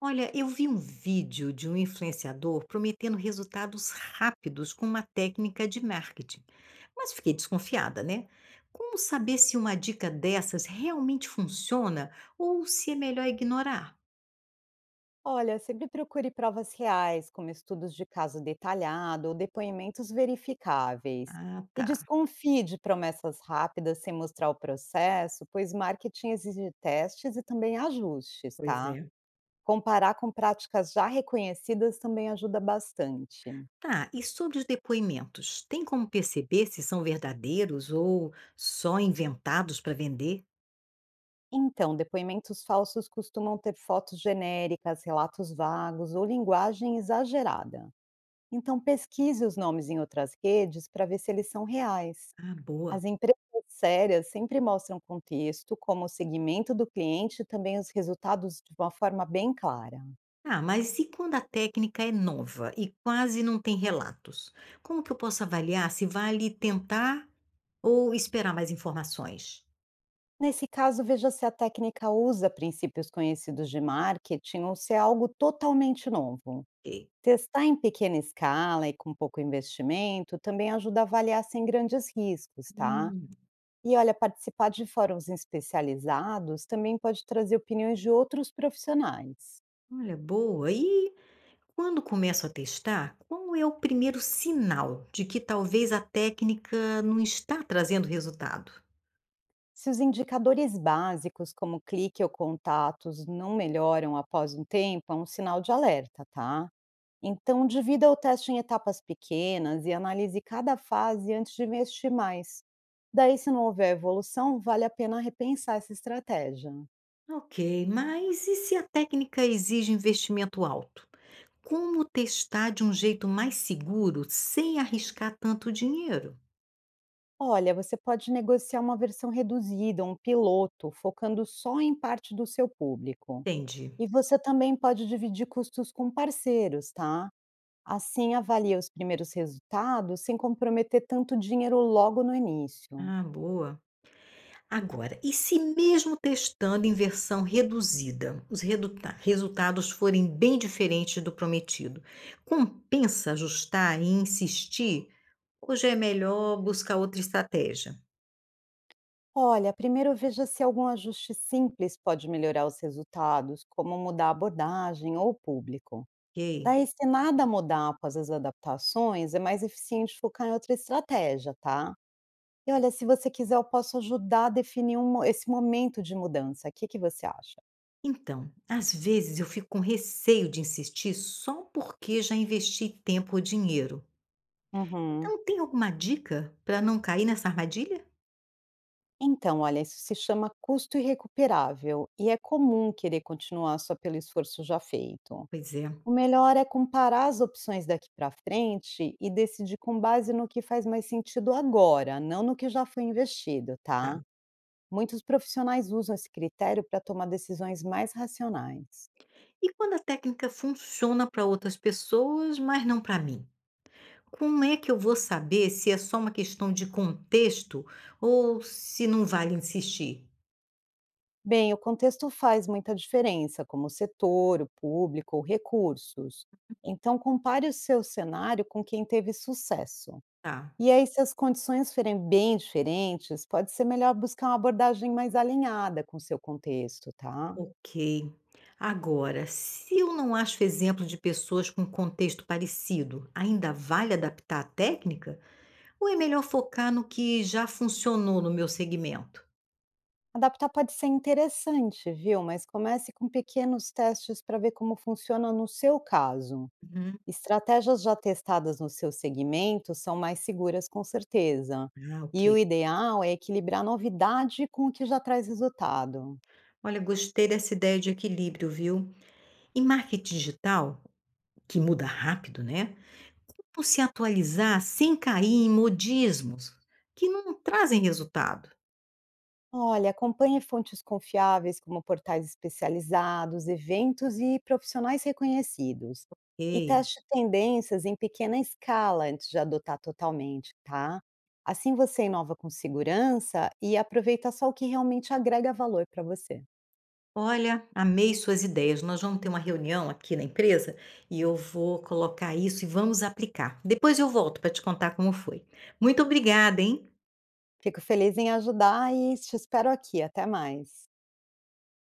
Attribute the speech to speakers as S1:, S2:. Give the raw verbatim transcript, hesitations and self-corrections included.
S1: Olha, eu vi um vídeo de um influenciador prometendo resultados rápidos com uma técnica de marketing, mas fiquei desconfiada, né? Como saber se uma dica dessas realmente funciona ou se é melhor ignorar?
S2: Olha, sempre procure provas reais, como estudos de caso detalhado ou depoimentos verificáveis.
S1: Ah,
S2: E
S1: tá.
S2: desconfie de promessas rápidas sem mostrar o processo, pois marketing exige testes e também ajustes,
S1: Pois
S2: tá?
S1: é.
S2: Comparar com práticas já reconhecidas também ajuda bastante.
S1: Tá, e sobre os depoimentos, tem como perceber se são verdadeiros ou só inventados para vender?
S2: Então, depoimentos falsos costumam ter fotos genéricas, relatos vagos ou linguagem exagerada. Então, pesquise os nomes em outras redes para ver se eles são reais.
S1: Ah, boa.
S2: As empresas sérias sempre mostram contexto, como o segmento do cliente e também os resultados de uma forma bem clara.
S1: Ah, mas e quando a técnica é nova e quase não tem relatos? Como que eu posso avaliar se vale tentar ou esperar mais informações?
S2: Nesse caso, veja se a técnica usa princípios conhecidos de marketing ou se é algo totalmente novo.
S1: E,
S2: Testar em pequena escala e com pouco investimento também ajuda a avaliar sem grandes riscos, tá?
S1: hum,
S2: E olha, participar de fóruns especializados também pode trazer opiniões de outros profissionais.
S1: olha, boa. E quando começo a testar, qual é o primeiro sinal de que talvez a técnica não está trazendo resultado?
S2: Se os indicadores básicos, como clique ou contatos, não melhoram após um tempo, é um sinal de alerta, tá? Então, divida o teste em etapas pequenas e analise cada fase antes de investir mais. Daí, se não houver evolução, vale a pena repensar essa estratégia.
S1: Ok, mas e se a técnica exige investimento alto? Como testar de um jeito mais seguro sem arriscar tanto dinheiro?
S2: Olha, você pode negociar uma versão reduzida, um piloto, focando só em parte do seu público.
S1: Entendi.
S2: E você também pode dividir custos com parceiros, tá? Assim, avalia os primeiros resultados sem comprometer tanto dinheiro logo no início.
S1: Ah, boa. Agora, e se mesmo testando em versão reduzida, os reduta- resultados forem bem diferentes do prometido, compensa ajustar e insistir? Ou já é melhor buscar outra estratégia?
S2: Olha, primeiro veja se algum ajuste simples pode melhorar os resultados, como mudar a abordagem ou o público.
S1: Ok?
S2: Daí, se nada mudar após as adaptações, é mais eficiente focar em outra estratégia, tá? E olha, se você quiser, eu posso ajudar a definir um mo- esse momento de mudança. O que, que você acha?
S1: Então, às vezes eu fico com receio de insistir só porque já investi tempo ou dinheiro.
S2: Uhum.
S1: Então, tem alguma dica para não cair nessa armadilha?
S2: Então, olha, isso se chama custo irrecuperável e é comum querer continuar só pelo esforço já feito.
S1: Pois é,
S2: O melhor é comparar as opções daqui para frente e decidir com base no que faz mais sentido agora, não no que já foi investido,
S1: tá.
S2: tá? Muitos profissionais usam esse critério para tomar decisões mais racionais.
S1: E quando a técnica funciona para outras pessoas, mas não para mim? Como é que eu vou saber se é só uma questão de contexto ou se não vale insistir?
S2: Bem, o contexto faz muita diferença, como o setor, o público ou recursos. Então, compare o seu cenário com quem teve sucesso.
S1: Tá,
S2: E aí, se as condições forem bem diferentes, pode ser melhor buscar uma abordagem mais alinhada com o seu contexto, tá?
S1: ok. Agora, se eu não acho exemplo de pessoas com contexto parecido, ainda vale adaptar a técnica? Ou é melhor focar no que já funcionou no meu segmento?
S2: Adaptar pode ser interessante, viu? Mas comece com pequenos testes para ver como funciona no seu caso.
S1: Uhum.
S2: Estratégias já testadas no seu segmento são mais seguras, com certeza.
S1: Ah,
S2: E
S1: ok.
S2: o ideal é equilibrar novidade com o que já traz resultado.
S1: Olha, gostei dessa ideia de equilíbrio, viu? E marketing digital, que muda rápido, né? Como se atualizar sem cair em modismos que não trazem resultado?
S2: Olha, acompanhe fontes confiáveis como portais especializados, eventos e profissionais reconhecidos. E
S1: "Ei,
S2: teste tendências em pequena escala antes de adotar totalmente, tá? Assim você inova com segurança e aproveita só o que realmente agrega valor para você.
S1: olha, amei suas ideias. Nós vamos ter uma reunião aqui na empresa e eu vou colocar isso e vamos aplicar. Depois eu volto para te contar como foi. Muito obrigada, hein?"
S2: Fico feliz em ajudar e te espero aqui. Até mais.